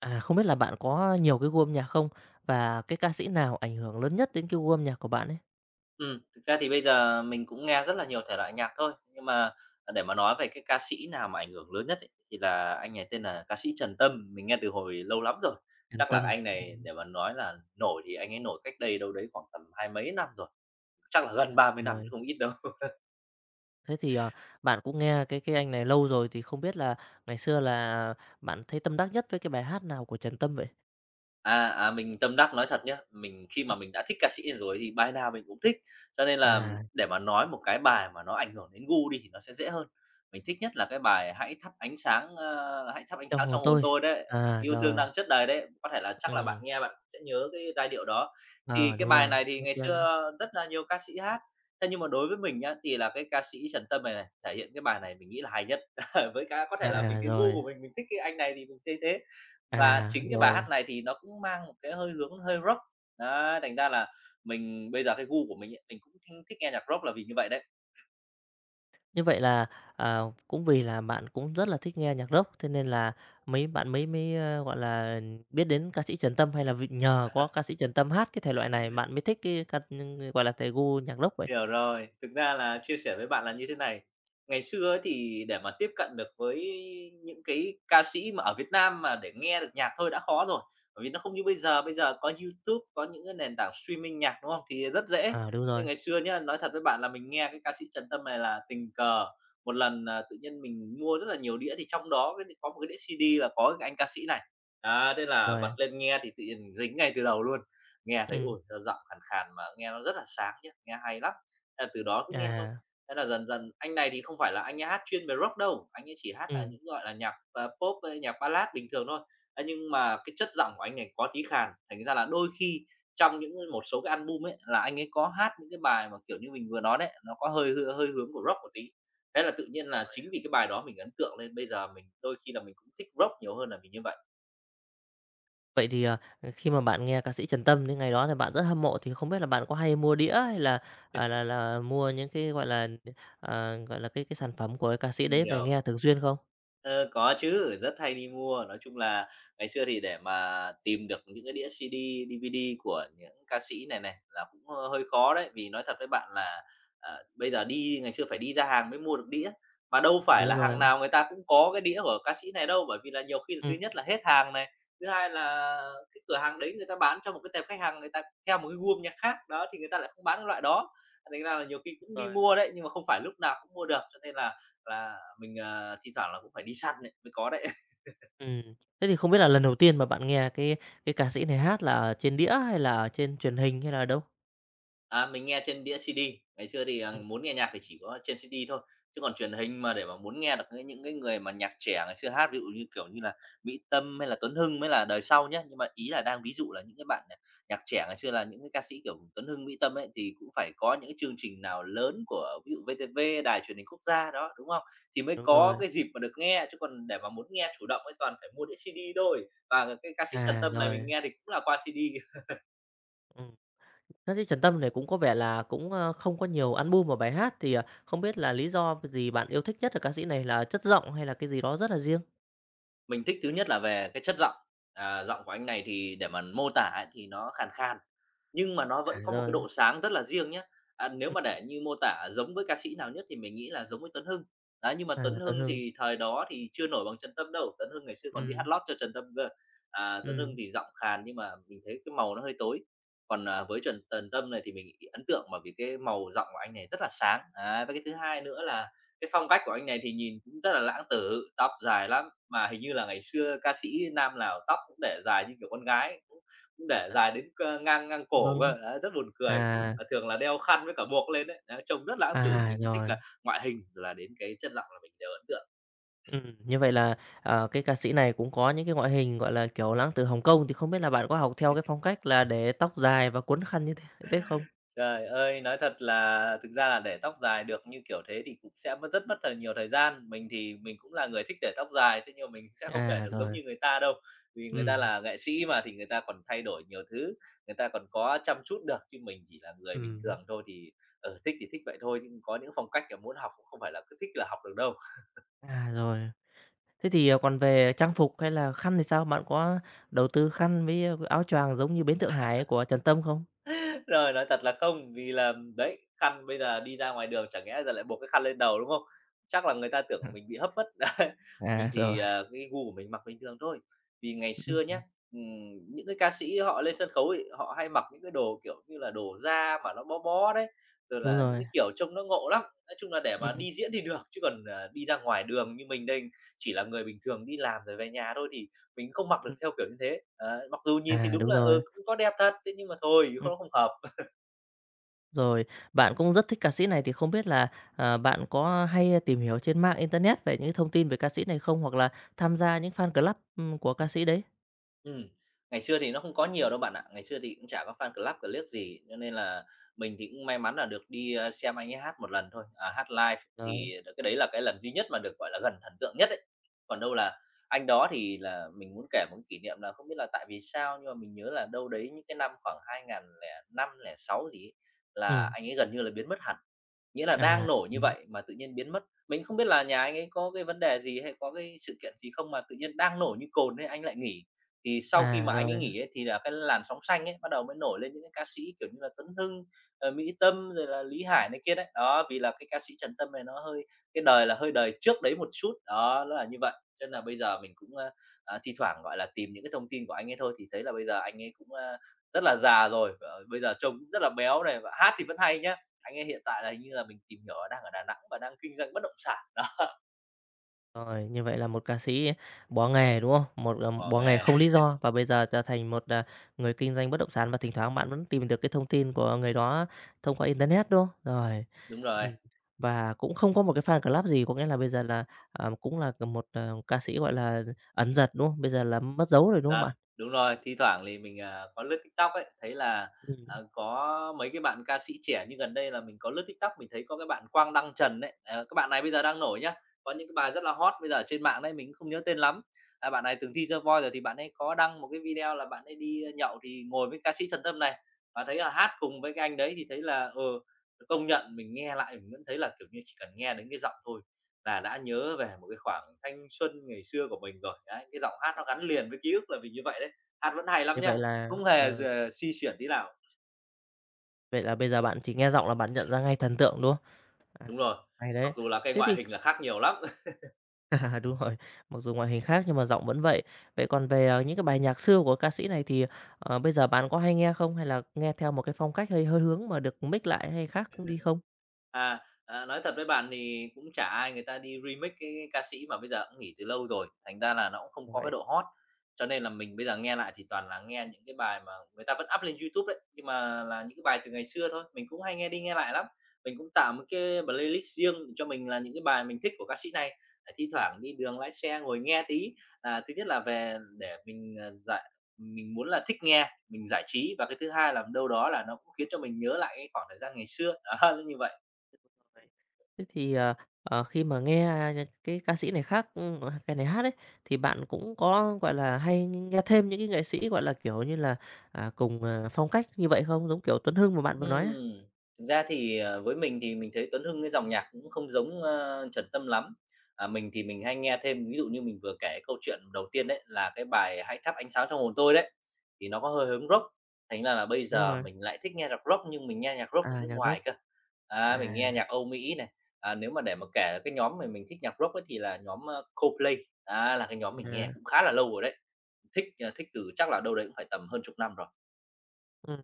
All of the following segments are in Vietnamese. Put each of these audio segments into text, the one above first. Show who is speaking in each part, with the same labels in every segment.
Speaker 1: À, không biết là bạn có nhiều cái gu âm nhạc không? Và cái ca sĩ nào ảnh hưởng lớn nhất đến cái gu âm nhạc của bạn ấy?
Speaker 2: Thực ra thì bây giờ mình cũng nghe rất là nhiều thể loại nhạc thôi, nhưng mà, à, để mà nói về cái ca sĩ nào mà ảnh hưởng lớn nhất ấy, thì là anh này tên là ca sĩ Trần Tâm, mình nghe từ hồi lâu lắm rồi.
Speaker 1: Yên
Speaker 2: Chắc là
Speaker 1: tâm.
Speaker 2: anh này
Speaker 1: Ừm,
Speaker 2: để mà nói là nổi thì anh ấy nổi cách đây đâu đấy khoảng tầm hai mấy năm rồi, chắc là gần ba mươi năm chứ
Speaker 1: rồi.
Speaker 2: không ít đâu.
Speaker 1: Thế thì, bạn cũng nghe cái anh này lâu rồi thì không biết là ngày xưa là bạn thấy tâm đắc nhất với cái bài hát nào của Trần Tâm vậy?
Speaker 2: Mình tâm đắc nói thật nhá, mình khi mà
Speaker 1: Ừm.
Speaker 2: mình đã thích ca sĩ này rồi thì bài nào mình cũng thích, cho nên là
Speaker 1: À,
Speaker 2: để mà nói một cái bài mà nó ảnh hưởng đến gu đi thì nó sẽ dễ hơn. Mình thích nhất là cái bài "Hãy thắp ánh sáng, hãy thắp ánh
Speaker 1: "Trong
Speaker 2: sáng
Speaker 1: hồn
Speaker 2: trong hồn
Speaker 1: tôi."
Speaker 2: tôi" đấy,
Speaker 1: À,
Speaker 2: "Yêu thương
Speaker 1: rồi,
Speaker 2: đang chất đầy" đấy, có thể là chắc là bạn
Speaker 1: ừm,
Speaker 2: nghe bạn sẽ nhớ cái giai điệu đó. Thì
Speaker 1: à,
Speaker 2: cái
Speaker 1: đúng
Speaker 2: bài
Speaker 1: rồi,
Speaker 2: này thì
Speaker 1: "Thói
Speaker 2: ngày
Speaker 1: quen."
Speaker 2: xưa rất là nhiều ca sĩ hát, thế nhưng mà đối với mình nhá, thì là cái ca sĩ Trần Tâm này này, thể hiện cái bài này mình nghĩ là hay nhất. Với cá có thể là vì
Speaker 1: À,
Speaker 2: cái gu
Speaker 1: rồi,
Speaker 2: của mình thích cái anh này thì mình thấy thế. Và
Speaker 1: à,
Speaker 2: chính cái bài hát
Speaker 1: rồi.
Speaker 2: này thì nó cũng mang một cái hơi hướng hơi rock, đấy, thành ra là mình bây giờ cái gu của mình ấy, mình cũng thinh thích nghe nhạc rock là vì như vậy đấy.
Speaker 1: Như vậy là, à, cũng vì là bạn cũng rất là thích nghe nhạc rock, thế nên là mấy bạn mấy mới, gọi là, biết đến ca sĩ Trần Tâm, hay là vì nhờ có ca sĩ Trần Tâm hát cái thể loại này bạn mới thích cái ca gọi là, gu nhạc rock vậy?
Speaker 2: Hiểu rồi, thực ra là chia sẻ với bạn là như thế này, ngày xưa ấy thì để mà tiếp cận được với những cái ca sĩ mà ở Việt Nam mà để nghe được nhạc thôi đã khó rồi, bởi vì nó không như bây giờ có YouTube, có những cái nền tảng streaming nhạc, đúng không? Thì rất dễ.
Speaker 1: À, đúng
Speaker 2: Nhưng
Speaker 1: rồi,
Speaker 2: ngày xưa nhá, nói thật với bạn là mình nghe cái ca sĩ Trần Tâm này là tình cờ, một lần là tự nhiên mình mua rất là nhiều đĩa thì trong đó cái có một cái đĩa CD là có cái anh ca sĩ này. Á, thế là
Speaker 1: rồi,
Speaker 2: bật lên nghe thì tự nhiên dính ngay từ đầu luôn, nghe thấy,
Speaker 1: ừm,
Speaker 2: ôi, sao giọng khàn khàn mà nghe nó rất là sáng nhá, nghe hay lắm. Thế là từ đó cứ nghe thôi.
Speaker 1: à,
Speaker 2: Thế là dần dần anh này thì không phải là anh ấy hát chuyên về rock đâu, anh ấy chỉ hát là
Speaker 1: ừm.
Speaker 2: những, gọi là, nhạc, pop với nhạc ballad bình thường thôi. Thế nhưng mà cái chất giọng của anh này có tí khàn, thành ra là đôi khi trong những một số cái album ấy là anh ấy có hát những cái bài mà, kiểu như, mình vừa nói đấy, nó có hơi hướng của rock một tí. Thế là tự nhiên là chính vì cái bài đó mình ấn tượng nên bây giờ mình đôi khi là mình cũng thích rock nhiều hơn là vì như vậy.
Speaker 1: Vậy thì, khi mà bạn nghe ca sĩ Trần Tâm những ngày đó thì bạn rất hâm mộ, thì không biết là bạn có hay mua đĩa hay là, là mua những cái, gọi là, gọi là, cái sản phẩm của cái ca sĩ
Speaker 2: Mình
Speaker 1: đấy về
Speaker 2: hiểu.
Speaker 1: nghe thường xuyên không?
Speaker 2: Ờ, có chứ, rất hay đi mua. Nói chung là ngày xưa thì để mà tìm được những cái đĩa CD, DVD của những ca sĩ này này là cũng, ơ, hơi khó đấy, vì nói thật với bạn là, à, bây giờ đi ngày xưa phải đi ra hàng mới mua được đĩa, mà đâu phải
Speaker 1: Đúng
Speaker 2: là hàng
Speaker 1: rồi,
Speaker 2: nào người ta cũng có cái đĩa của ca sĩ này đâu. Bởi vì là nhiều khi là thứ
Speaker 1: ừm,
Speaker 2: nhất là hết hàng này, thứ hai là cái cửa hàng đấy người ta bán cho một cái tệp khách hàng người ta theo một cái gu âm nhạc khác, đó, thì người ta lại không bán cái loại đó. Thành ra là nhiều khi
Speaker 1: đúng
Speaker 2: cũng đi
Speaker 1: rồi.
Speaker 2: mua đấy, nhưng mà không phải lúc nào cũng mua được, cho nên là mình, à, thi thoảng là cũng phải đi săn ấy, mới có đấy.
Speaker 1: Ừm, thế thì không biết là lần đầu tiên mà bạn nghe cái ca sĩ này hát là ở trên đĩa hay là ở trên truyền hình hay là đâu?
Speaker 2: À, mình nghe trên đĩa CD, ngày xưa thì, à,
Speaker 1: Ừm,
Speaker 2: muốn nghe nhạc thì chỉ có trên CD thôi, chứ còn truyền hình mà để mà muốn nghe được cái những cái người mà nhạc trẻ ngày xưa hát, ví dụ như, kiểu như là, Mỹ Tâm hay là Tuấn Hưng mới là đời sau nhá. Nhưng mà ý là đang ví dụ là những cái bạn, à, nhạc trẻ ngày xưa là những cái ca sĩ kiểu Tuấn Hưng, Mỹ Tâm ấy, thì cũng phải có những cái chương trình nào lớn của ví dụ VTV, Đài Truyền hình Quốc gia đó, đúng không? Thì mới
Speaker 1: đúng
Speaker 2: có
Speaker 1: rồi.
Speaker 2: cái dịp mà được nghe, chứ còn để mà muốn nghe chủ động ấy toàn phải mua đĩa CD thôi. Và cái ca sĩ Trần
Speaker 1: À,
Speaker 2: Tâm này mình
Speaker 1: rồi,
Speaker 2: nghe thì cũng là qua CD.
Speaker 1: ừm. Ca sĩ Trần Tâm này cũng có vẻ là cũng, không có nhiều album và bài hát thì, không biết là lý do gì bạn yêu thích nhất ở ca sĩ này là chất giọng hay là cái gì đó rất là riêng?
Speaker 2: Mình thích thứ nhất là về cái chất giọng, à, giọng của anh này thì để mà mô tả ấy thì nó khàn khàn, nhưng mà nó
Speaker 1: À,
Speaker 2: vẫn có một cái
Speaker 1: rồi,
Speaker 2: độ sáng rất là riêng nhé. À, nếu
Speaker 1: ừm,
Speaker 2: mà để như mô tả giống với ca sĩ nào nhất thì mình nghĩ là giống với Tuấn Hưng. Đấy, nhưng mà
Speaker 1: à,
Speaker 2: Tuấn
Speaker 1: Tuấn
Speaker 2: Hưng
Speaker 1: Hưng,
Speaker 2: thì thời đó thì chưa nổi bằng Trần Tâm đâu, Tuấn Hưng ngày xưa còn đi hát
Speaker 1: ừm,
Speaker 2: lót cho Trần Tâm cơ. À, Tuấn Hưng
Speaker 1: ừm,
Speaker 2: thì giọng khàn nhưng mà mình thấy cái màu nó hơi tối. Còn, à, với Trần Trần Tâm này thì mình ấn tượng bởi vì cái màu giọng của anh này rất là sáng. Đấy, với cái thứ hai nữa là cái phong cách của anh này thì nhìn cũng rất là lãng tử, tóc dài lắm, mà hình như là ngày xưa ca sĩ nam nào tóc cũng để dài như kiểu con gái ấy, cũng cũng để
Speaker 1: à,
Speaker 2: dài đến, ngang ngang cổ
Speaker 1: vâng,
Speaker 2: cơ, đấy, rất buồn cười.
Speaker 1: à,
Speaker 2: Và thường là đeo khăn với cả buộc lên ấy, đấy, trông rất lãng tử.
Speaker 1: à,
Speaker 2: Mình cũng thích
Speaker 1: rồi.
Speaker 2: là ngoại hình rồi là đến cái chất giọng là mình đều ấn tượng.
Speaker 1: Như vậy là, cái ca sĩ này cũng có những cái ngoại hình, gọi là, kiểu, lãng tử Hồng Kông, thì không biết là bạn có học theo cái phong cách là để tóc dài và cuốn khăn như thế thế không?
Speaker 2: Trời ơi, nói thật là thực ra là để tóc dài được như kiểu thế thì cũng sẽ mất rất mất thời thời gian. Mình thì mình cũng là người thích để tóc dài, thế nhưng mà mình sẽ không để
Speaker 1: À,
Speaker 2: được giống
Speaker 1: rồi,
Speaker 2: như người ta đâu. Vì người ta
Speaker 1: ừm,
Speaker 2: là nghệ sĩ mà thì người ta còn thay đổi nhiều thứ, người ta còn có chăm chút được chứ mình chỉ là người bình
Speaker 1: ừm,
Speaker 2: thường thôi thì ừ, thích thì thích vậy thôi, nhưng có những phong cách mà muốn học cũng không phải là cứ thích là học được đâu.
Speaker 1: à, rồi. Thế thì, còn về trang phục hay là khăn thì sao? Bạn có đầu tư khăn với, áo choàng giống như Bến Thượng Hải của Trần Tâm không?
Speaker 2: Rồi, nói thật là không, vì là đấy, khăn bây giờ đi ra ngoài đường chẳng lẽ giờ lại buộc cái khăn lên đầu, đúng không? Chắc là người ta tưởng mình bị hấp mất. Đấy,
Speaker 1: À,
Speaker 2: mình
Speaker 1: rồi,
Speaker 2: thì, cái gu của mình mặc bình thường thôi. Vì ngày xưa nhé,
Speaker 1: ừm,
Speaker 2: những cái ca sĩ họ lên sân khấu ấy, họ hay mặc những cái đồ, kiểu như là, đồ da mà nó bó bó đấy, rồi
Speaker 1: đúng
Speaker 2: là những
Speaker 1: rồi,
Speaker 2: cái kiểu trông nó ngộ lắm. Nói chung là để mà
Speaker 1: ừm,
Speaker 2: đi diễn thì được, chứ còn, đi ra ngoài đường như mình đây chỉ là người bình thường đi làm rồi về nhà thôi thì mình không mặc được
Speaker 1: ừm,
Speaker 2: theo kiểu như thế. Đấy, mặc dù nhìn thì
Speaker 1: à,
Speaker 2: đúng
Speaker 1: đúng
Speaker 2: là,
Speaker 1: rồi.
Speaker 2: ừ, cũng có đẹp thật, thế nhưng mà thôi, nó không hợp.
Speaker 1: Rồi, bạn cũng rất thích ca sĩ này thì không biết là, bạn có hay tìm hiểu trên mạng internet về những thông tin về ca sĩ này không? Hoặc là tham gia những fan club, của ca sĩ đấy?
Speaker 2: Ừm, Ngày xưa thì nó không có nhiều đâu bạn ạ. Ngày xưa thì cũng chả có fan club, clip gì, cho nên là mình thì cũng may mắn là được đi, xem anh ấy hát một lần thôi, à, hát live
Speaker 1: Rồi,
Speaker 2: thì cái đấy là cái lần duy nhất mà được, gọi là, gần thần tượng nhất đấy. Còn đâu là anh đó thì là mình muốn kể một cái kỷ niệm là không biết là tại vì sao nhưng mà mình nhớ là đâu đấy những cái năm khoảng 2005, sáu gì ấy,
Speaker 1: ừ,
Speaker 2: là anh ấy gần như là biến mất hẳn. Nghĩa là
Speaker 1: à,
Speaker 2: đang nổi như
Speaker 1: ừm,
Speaker 2: vậy mà tự nhiên biến mất. Mình không biết là nhà anh ấy có cái vấn đề gì hay có cái sự kiện gì không mà tự nhiên đang nổi như cồn ấy anh lại nghỉ. Thì sau khi
Speaker 1: à,
Speaker 2: mà anh ấy
Speaker 1: rồi,
Speaker 2: nghỉ ấy, thì là cái làn sóng xanh ấy, bắt đầu mới nổi lên những cái ca sĩ, kiểu như là, Tuấn Hưng, Mỹ Tâm rồi là Lý Hải này kia đấy. Đó, vì là cái ca sĩ Trần Tâm này nó hơi cái đời là hơi đời trước đấy một chút, đó, nó là như vậy. Cho nên là bây giờ mình cũng, thi thoảng, gọi là, tìm những cái thông tin của anh ấy thôi, thì thấy là bây giờ anh ấy cũng, rất là già rồi, bây giờ trông cũng rất là béo này, và hát thì vẫn hay nhá. Anh ấy hiện tại là hình như là mình tìm hiểu là đang ở Đà Nẵng và đang kinh doanh bất động sản đó,
Speaker 1: rồi, như vậy là một ca sĩ bỏ nghề, đúng không? Một,
Speaker 2: bỏ
Speaker 1: bỏ nghề
Speaker 2: nghề.
Speaker 1: không lý do và bây giờ trở thành một, người kinh doanh bất động sản và thỉnh thoảng bạn vẫn tìm được cái thông tin của người đó thông qua internet, đúng không? Rồi.
Speaker 2: Đúng rồi,
Speaker 1: Ừm, và cũng không có một cái fan club gì, có nghĩa là bây giờ là, cũng là một, ca sĩ, gọi là, ẩn dật, đúng không? Bây giờ là mất dấu rồi,
Speaker 2: thực
Speaker 1: đúng không
Speaker 2: ra
Speaker 1: bạn?
Speaker 2: đúng rồi, thi thoảng thì mình, có lướt TikTok ấy, thấy là,
Speaker 1: Ừm,
Speaker 2: có mấy cái bạn ca sĩ trẻ như gần đây là mình có lướt TikTok, mình thấy có cái bạn Quang Đăng Trần đấy cái bạn này bây giờ đang nổi nhá, có những cái bài rất là hot bây giờ ở trên mạng đấy, mình không nhớ tên lắm. À, bạn này từng thi The Voice rồi thì bạn ấy có đăng một cái video là bạn ấy đi nhậu thì ngồi với ca sĩ Trần Tâm này, và thấy là hát cùng với cái anh đấy thì thấy là, công nhận mình nghe lại mình vẫn thấy là, kiểu như, chỉ cần nghe đến cái giọng thôi là đã nhớ về một cái khoảng thanh xuân ngày xưa của mình rồi. Đấy, cái giọng hát nó
Speaker 1: ờ,
Speaker 2: gắn liền với ký ức là mình như vậy đấy. Hát vẫn hay lắm
Speaker 1: như vậy
Speaker 2: nha,
Speaker 1: là,
Speaker 2: không hề xi xuyển tí nào.
Speaker 1: vậy là bây giờ bạn chỉ nghe giọng là bạn nhận ra ngay thần tượng, đúng không? À,
Speaker 2: Đúng rồi,
Speaker 1: hay
Speaker 2: mặc
Speaker 1: đấy.
Speaker 2: dù là cái
Speaker 1: Thế
Speaker 2: ngoại
Speaker 1: thì
Speaker 2: hình là khác nhiều lắm.
Speaker 1: à, đúng rồi, mặc dù ngoại hình khác nhưng mà giọng vẫn vậy. Vậy còn về, những cái bài nhạc xưa của ca sĩ này thì, bây giờ bạn có hay nghe không? Hay là nghe theo một cái phong cách hơi hơi hướng mà được mix lại hay khác đi không?
Speaker 2: À, nói thật với bạn thì cũng chả ai người ta đi remix cái ca sĩ mà bây giờ cũng nghỉ từ lâu rồi, thành ra là nó cũng không có cái
Speaker 1: Vậy
Speaker 2: độ hot. Cho nên là mình bây giờ nghe lại thì toàn là nghe những cái bài mà người ta vẫn up lên YouTube đấy, nhưng mà là những cái bài từ ngày xưa thôi, mình cũng hay nghe đi nghe lại lắm. Mình cũng tạo một cái playlist riêng cho mình là những cái bài mình thích của ca sĩ này. À, thi thoảng đi đường lái xe ngồi nghe tí. À, thứ nhất là về để mình, à, giải mình muốn là thích nghe, mình giải trí và cái thứ hai là đâu đó là nó cũng khiến cho mình nhớ lại cái khoảng thời gian ngày xưa, đó, nó như vậy.
Speaker 1: Vậy. Thế thì, khi mà nghe, cái ca sĩ này khác, cái này hát ấy, thì bạn cũng có, gọi là, hay nghe thêm những cái nghệ sĩ, gọi là, kiểu như là, cùng, phong cách như vậy không? Giống kiểu Tuấn Hưng mà bạn vừa nói á.
Speaker 2: Ừm, thực ra thì, với mình thì mình thấy Tuấn Hưng cái dòng nhạc cũng không giống, Trần Tâm lắm. À, mình thì mình hay nghe thêm, ví dụ như mình vừa kể cái câu chuyện đầu tiên đấy, là cái bài "Hãy thắp ánh sáng trong hồn tôi" đấy, thì nó có hơi hướng Rock, thành ra là bây
Speaker 1: Đúng
Speaker 2: giờ
Speaker 1: rồi.
Speaker 2: mình lại thích nghe nhạc Rock nhưng mình nghe nhạc Rock của
Speaker 1: À,
Speaker 2: nước
Speaker 1: nhạc rock.
Speaker 2: ngoài cơ. Á, mình
Speaker 1: À,
Speaker 2: nghe nhạc Âu Mỹ này, nếu mà để mà kể cái nhóm mà mình thích nhạc Rock ấy thì là nhóm, Coldplay, á, là cái nhóm mình
Speaker 1: à,
Speaker 2: nghe cũng khá là lâu rồi đấy, thích từ chắc là đâu đấy cũng phải tầm hơn chục năm rồi.
Speaker 1: ừm.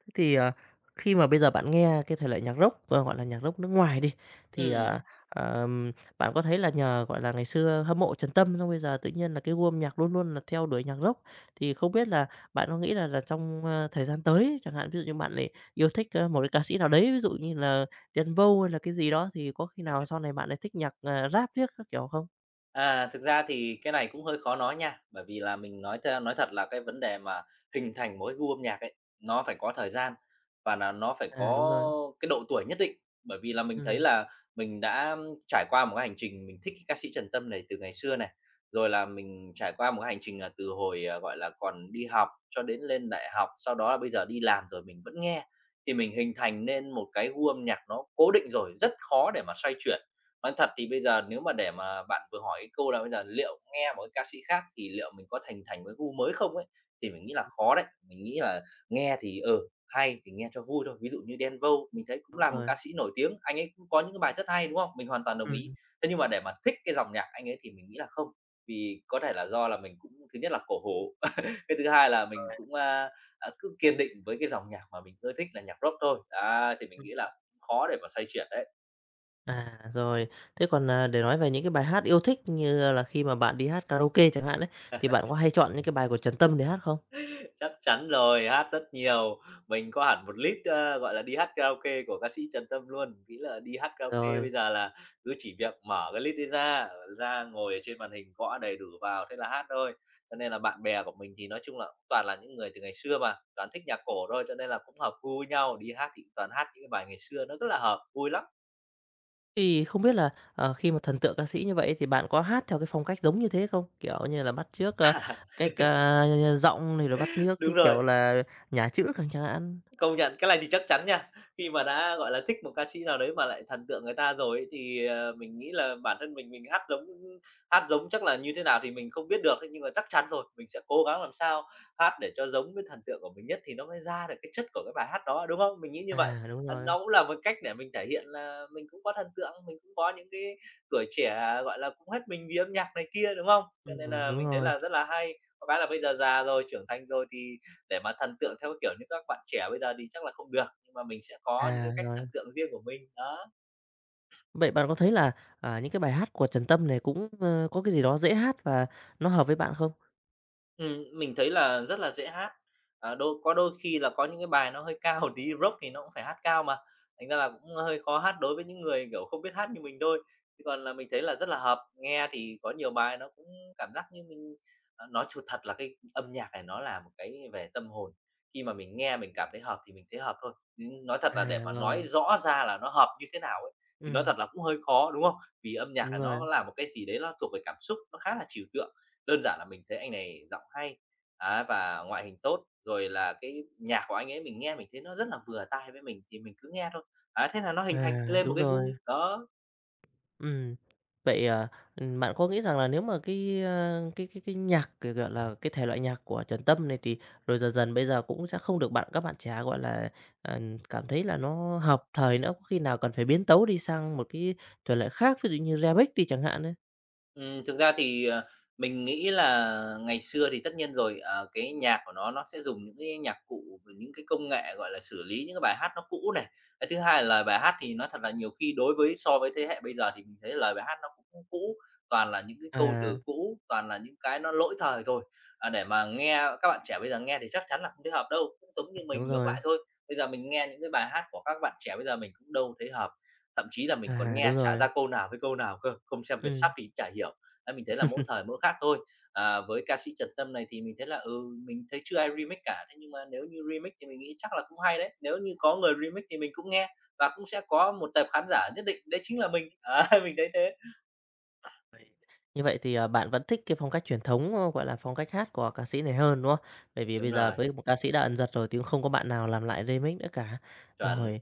Speaker 1: Thế thì, khi mà bây giờ bạn nghe cái thể loại nhạc rock, gọi là, nhạc rock nước ngoài đi, thì,
Speaker 2: Ừm.
Speaker 1: ờm, bạn có thấy là nhờ, gọi là, ngày xưa hâm mộ Trần Tâm, xong bây giờ tự nhiên là cái gu âm nhạc luôn luôn là theo đuổi nhạc rock, thì không biết là bạn có nghĩ là trong, thời gian tới, chẳng hạn ví dụ như bạn lại yêu thích, một cái ca sĩ nào đấy, ví dụ như là Đen Vâu hay là cái gì đó, thì có khi nào sau này bạn lại thích nhạc, Rap riết các kiểu không?
Speaker 2: À, thực ra thì cái này cũng hơi khó nói nha, bởi vì là mình nói thật là cái vấn đề mà hình thành một cái gu âm nhạc ấy, nó phải có thời gian và là nó phải
Speaker 1: À, đúng
Speaker 2: có
Speaker 1: rồi,
Speaker 2: cái độ tuổi nhất định. Bởi vì là mình thấy
Speaker 1: ừm,
Speaker 2: là mình đã trải qua một cái hành trình mình thích cái ca sĩ Trần Tâm này từ ngày xưa này, rồi là mình trải qua một cái hành trình là từ hồi, gọi là, còn đi học cho đến lên đại học, sau đó là bây giờ đi làm rồi mình vẫn nghe, thì mình hình thành nên một cái gu âm nhạc nó cố định rồi, rất khó để mà xoay chuyển. Nói thật thì bây giờ nếu mà để mà bạn vừa hỏi cái câu là bây giờ liệu nghe một cái ca sĩ khác thì liệu mình có thành thành với gu mới không ấy, thì mình nghĩ là khó đấy. Mình nghĩ là nghe thì, hay thì nghe cho vui thôi. Ví dụ như Đen Vâu mình thấy cũng
Speaker 1: đúng
Speaker 2: là một
Speaker 1: rồi,
Speaker 2: ca sĩ nổi tiếng, anh ấy cũng có những cái bài rất hay, đúng không? Mình hoàn toàn đồng ý.
Speaker 1: ừm.
Speaker 2: Thế nhưng mà để mà thích cái dòng nhạc anh ấy thì mình nghĩ là không, vì có thể là do là mình cũng thứ nhất là cổ hủ, cái thứ hai là mình cũng, cứ kiên định với cái dòng nhạc mà mình ưa thích là nhạc Rock thôi. Á, thì mình nghĩ là khó để mà xoay chuyển đấy.
Speaker 1: À, rồi. Thế còn, để nói về những cái bài hát yêu thích như là khi mà bạn đi hát karaoke chẳng hạn đấy thì bạn có hay chọn những cái bài của Trần Tâm để hát không?
Speaker 2: Chắc chắn rồi, hát rất nhiều. Mình có hẳn một list, gọi là, đi hát karaoke của ca sĩ Trần Tâm luôn. Nghĩ là đi hát karaoke
Speaker 1: Rồi,
Speaker 2: bây giờ là cứ chỉ việc mở cái list đi ra, ra ngồi ở trên màn hình gõ đầy đủ vào, thế là hát thôi. Cho nên là bạn bè của mình thì nói chung là cũng toàn là những người từ ngày xưa mà, toàn thích nhạc cổ thôi, cho nên là cũng hợp gu với nhau, đi hát thì toàn hát những cái bài ngày xưa nó rất là hợp, vui lắm.
Speaker 1: thì không biết là, khi mà thần tượng ca sĩ như vậy thì bạn có hát theo cái phong cách giống như thế không? Kiểu như là bắt chước, cách, giọng này rồi bắt chước cái
Speaker 2: Đúng
Speaker 1: kiểu
Speaker 2: rồi.
Speaker 1: là nhả chữ chẳng hạn.
Speaker 2: Công nhận, cái này thì chắc chắn nha. Khi mà đã, gọi là, thích một ca sĩ nào đấy mà lại thần tượng người ta rồi ấy, thì, mình nghĩ là bản thân mình hát giống chắc là như thế nào thì mình không biết được, thế nhưng mà chắc chắn rồi, mình sẽ cố gắng làm sao hát để cho giống với thần tượng của mình nhất thì nó mới ra được cái chất của cái bài hát đó, đúng không? Mình nghĩ như vậy.
Speaker 1: À, đúng
Speaker 2: À,
Speaker 1: rồi.
Speaker 2: nó cũng là một cách để mình thể hiện là mình cũng có thần tượng, mình cũng có những cái tuổi trẻ, gọi là, cũng hết mình vì âm nhạc này kia, đúng không? Cho nên là
Speaker 1: Đúng
Speaker 2: mình thấy
Speaker 1: rồi.
Speaker 2: là rất là hay. Có cái là bây giờ già rồi, trưởng thành rồi thì để mà thần tượng theo cái kiểu như các bạn trẻ bây giờ thì chắc là không được, nhưng mà mình sẽ có những
Speaker 1: À,
Speaker 2: cái cách thần
Speaker 1: rồi.
Speaker 2: tượng riêng của mình, đó.
Speaker 1: Vậy bạn có thấy là, những cái bài hát của Trần Tâm này cũng, có cái gì đó dễ hát và nó hợp với bạn không?
Speaker 2: Mình thấy là rất là dễ hát, à, đôi có đôi khi là có những cái bài nó hơi cao một tí, Rock thì nó cũng phải hát cao mà, thành ra là cũng hơi khó hát đối với những người, kiểu, không biết hát như mình thôi. Chứ còn là mình thấy là rất là hợp, nghe thì có nhiều bài nó cũng cảm giác như mình nói sự thật là cái âm nhạc này nó là một cái về tâm hồn, khi mà mình nghe mình cảm thấy hợp thì mình thấy hợp thôi, chứ nói thật là để
Speaker 1: À,
Speaker 2: mà nói
Speaker 1: rồi.
Speaker 2: rõ ra là nó hợp như thế nào ấy, thì nói
Speaker 1: Ừm,
Speaker 2: thật là cũng hơi khó, đúng không? Vì âm nhạc
Speaker 1: đúng
Speaker 2: là
Speaker 1: rồi.
Speaker 2: nó là một cái gì đấy nó thuộc về cảm xúc, nó khá là trừu tượng. Đơn giản là mình thấy anh này giọng hay, á, và ngoại hình tốt, rồi là cái nhạc của anh ấy mình nghe mình thấy nó rất là vừa tai với mình thì mình cứ nghe thôi. Á, thế là nó hình
Speaker 1: À,
Speaker 2: thành lên một
Speaker 1: đúng
Speaker 2: cái
Speaker 1: rồi,
Speaker 2: gu, đó.
Speaker 1: ừm. Vậy, bạn có nghĩ rằng là nếu mà cái, cái nhạc, kiểu, gọi là, cái thể loại nhạc của Trần Tâm này thì rồi dần dần bây giờ cũng sẽ không được các bạn trẻ, gọi là, ờ, cảm thấy là nó hợp thời nữa, có khi nào cần phải biến tấu đi sang một cái thể loại khác, ví dụ như Remix đi chẳng hạn ấy?
Speaker 2: Thực ra thì, mình nghĩ là ngày xưa thì tất nhiên rồi, cái nhạc của nó sẽ dùng những cái nhạc cụ, và những cái công nghệ, gọi là, xử lý những cái bài hát nó cũ này. Cái thứ hai là bài hát thì nó thật là nhiều khi đối với so với thế hệ bây giờ thì mình thấy lời bài hát nó cũng cũ, toàn là những cái câu
Speaker 1: À,
Speaker 2: từ cũ, toàn là những cái nó lỗi thời thôi. À, để mà nghe các bạn trẻ bây giờ nghe thì chắc chắn là không thấy hợp đâu, cũng giống như
Speaker 1: đúng
Speaker 2: mình ngược
Speaker 1: rồi,
Speaker 2: lại thôi. Bây giờ mình nghe những cái bài hát của các bạn trẻ bây giờ mình cũng đâu thấy hợp. Thậm chí là mình còn
Speaker 1: à, đúng
Speaker 2: nghe chả
Speaker 1: rồi,
Speaker 2: ra câu nào với câu nào cơ, không xem Việt sắp
Speaker 1: ừm.
Speaker 2: thì chả hiểu. Đấy, mình thấy là mỗi thời mỗi khác thôi. À, với ca sĩ Trần Tâm này thì mình thấy là, ừ, mình thấy chưa ai remix cả, thế nhưng mà nếu như remix thì mình nghĩ chắc là cũng hay đấy. Nếu như có người remix thì mình cũng nghe và cũng sẽ có một tập khán giả nhất định, đấy chính là mình. Đấy, mình thấy thế.
Speaker 1: Như vậy thì, bạn vẫn thích cái phong cách truyền thống, gọi là, phong cách hát của ca sĩ này hơn, đúng không? Bởi vì
Speaker 2: Đúng
Speaker 1: bây giờ
Speaker 2: rồi,
Speaker 1: với một ca sĩ đã ẩn dật rồi thì cũng không có bạn nào làm lại remix nữa cả.
Speaker 2: chuẩn.
Speaker 1: Rồi,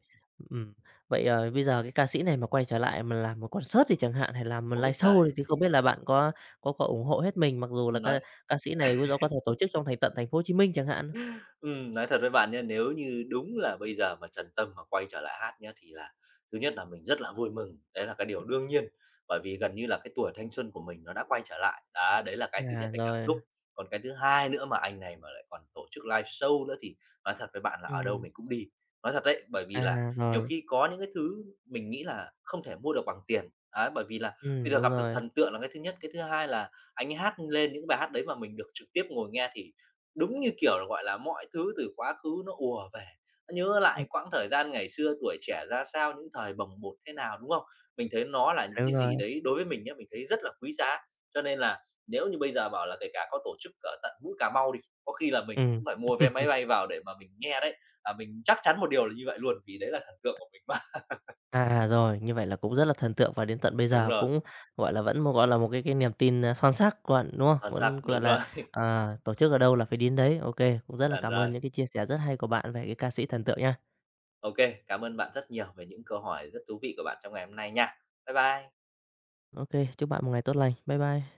Speaker 1: ừm, vậy, bây giờ cái ca sĩ này mà quay trở lại mà làm một concert thì chẳng hạn, hay làm một
Speaker 2: Ôi
Speaker 1: live show
Speaker 2: trời!
Speaker 1: đi thì không biết là bạn có ủng hộ hết mình, mặc dù là
Speaker 2: Nói
Speaker 1: ca ca sĩ này có thể tổ chức trong tận thành phố Hồ Chí Minh chẳng hạn?
Speaker 2: nói thật với bạn nhé nếu như đúng là bây giờ mà Trần Tâm mà quay trở lại hát nhé thì là thứ nhất là mình rất là vui mừng, đấy là cái điều đương nhiên, bởi vì gần như là cái tuổi thanh xuân của mình nó đã quay trở lại. Đó, đấy là cái thứ
Speaker 1: À,
Speaker 2: nhất về cảm
Speaker 1: rồi,
Speaker 2: xúc. Còn cái thứ hai nữa mà anh này mà lại còn tổ chức live show nữa thì nói thật với bạn là ở đâu
Speaker 1: ừm,
Speaker 2: mình cũng đi. Nói thật đấy, bởi vì là
Speaker 1: à,
Speaker 2: nhiều
Speaker 1: rồi,
Speaker 2: khi có những cái thứ mình nghĩ là không thể mua được bằng tiền. Đấy, bởi vì là bây giờ
Speaker 1: đúng
Speaker 2: gặp được
Speaker 1: rồi,
Speaker 2: thần tượng là cái thứ nhất, cái thứ hai là anh ấy hát lên những bài hát đấy mà mình được trực tiếp ngồi nghe thì đúng như kiểu là, gọi là, mọi thứ từ quá khứ nó ùa về, nó nhớ lại
Speaker 1: ừm,
Speaker 2: quãng thời gian ngày xưa tuổi trẻ ra sao, những thời bồng bột thế nào, đúng không? Mình thấy nó là những
Speaker 1: đúng
Speaker 2: cái
Speaker 1: rồi,
Speaker 2: gì đấy đối với mình nhá, mình thấy rất là quý giá. Cho nên là nếu như bây giờ bảo là kể cả có tổ chức ở tận mũi Cà Mau đi, có khi là mình cũng
Speaker 1: ừm.
Speaker 2: phải mua vé máy bay vào để mà mình nghe đấy. À, mình chắc chắn một điều là như vậy luôn, vì đấy là thần tượng của mình mà.
Speaker 1: À, rồi, như vậy là cũng rất là thần tượng và đến tận bây
Speaker 2: Đúng
Speaker 1: giờ
Speaker 2: rồi,
Speaker 1: cũng, gọi là, vẫn một gọi là, một cái niềm tin, son xác của bạn, đúng không?
Speaker 2: thần sắc,
Speaker 1: Vẫn, gọi
Speaker 2: đúng
Speaker 1: là,
Speaker 2: rồi,
Speaker 1: tổ chức ở đâu là phải đến đấy. OK, cũng rất là
Speaker 2: chuẩn
Speaker 1: cảm
Speaker 2: rồi.
Speaker 1: ơn những cái chia sẻ rất hay của bạn về cái ca sĩ thần tượng nha.
Speaker 2: OK, cảm ơn bạn rất nhiều về những câu hỏi rất thú vị của bạn trong ngày hôm nay nha. Bye bye.
Speaker 1: OK, chúc bạn một ngày tốt lành. Bye bye.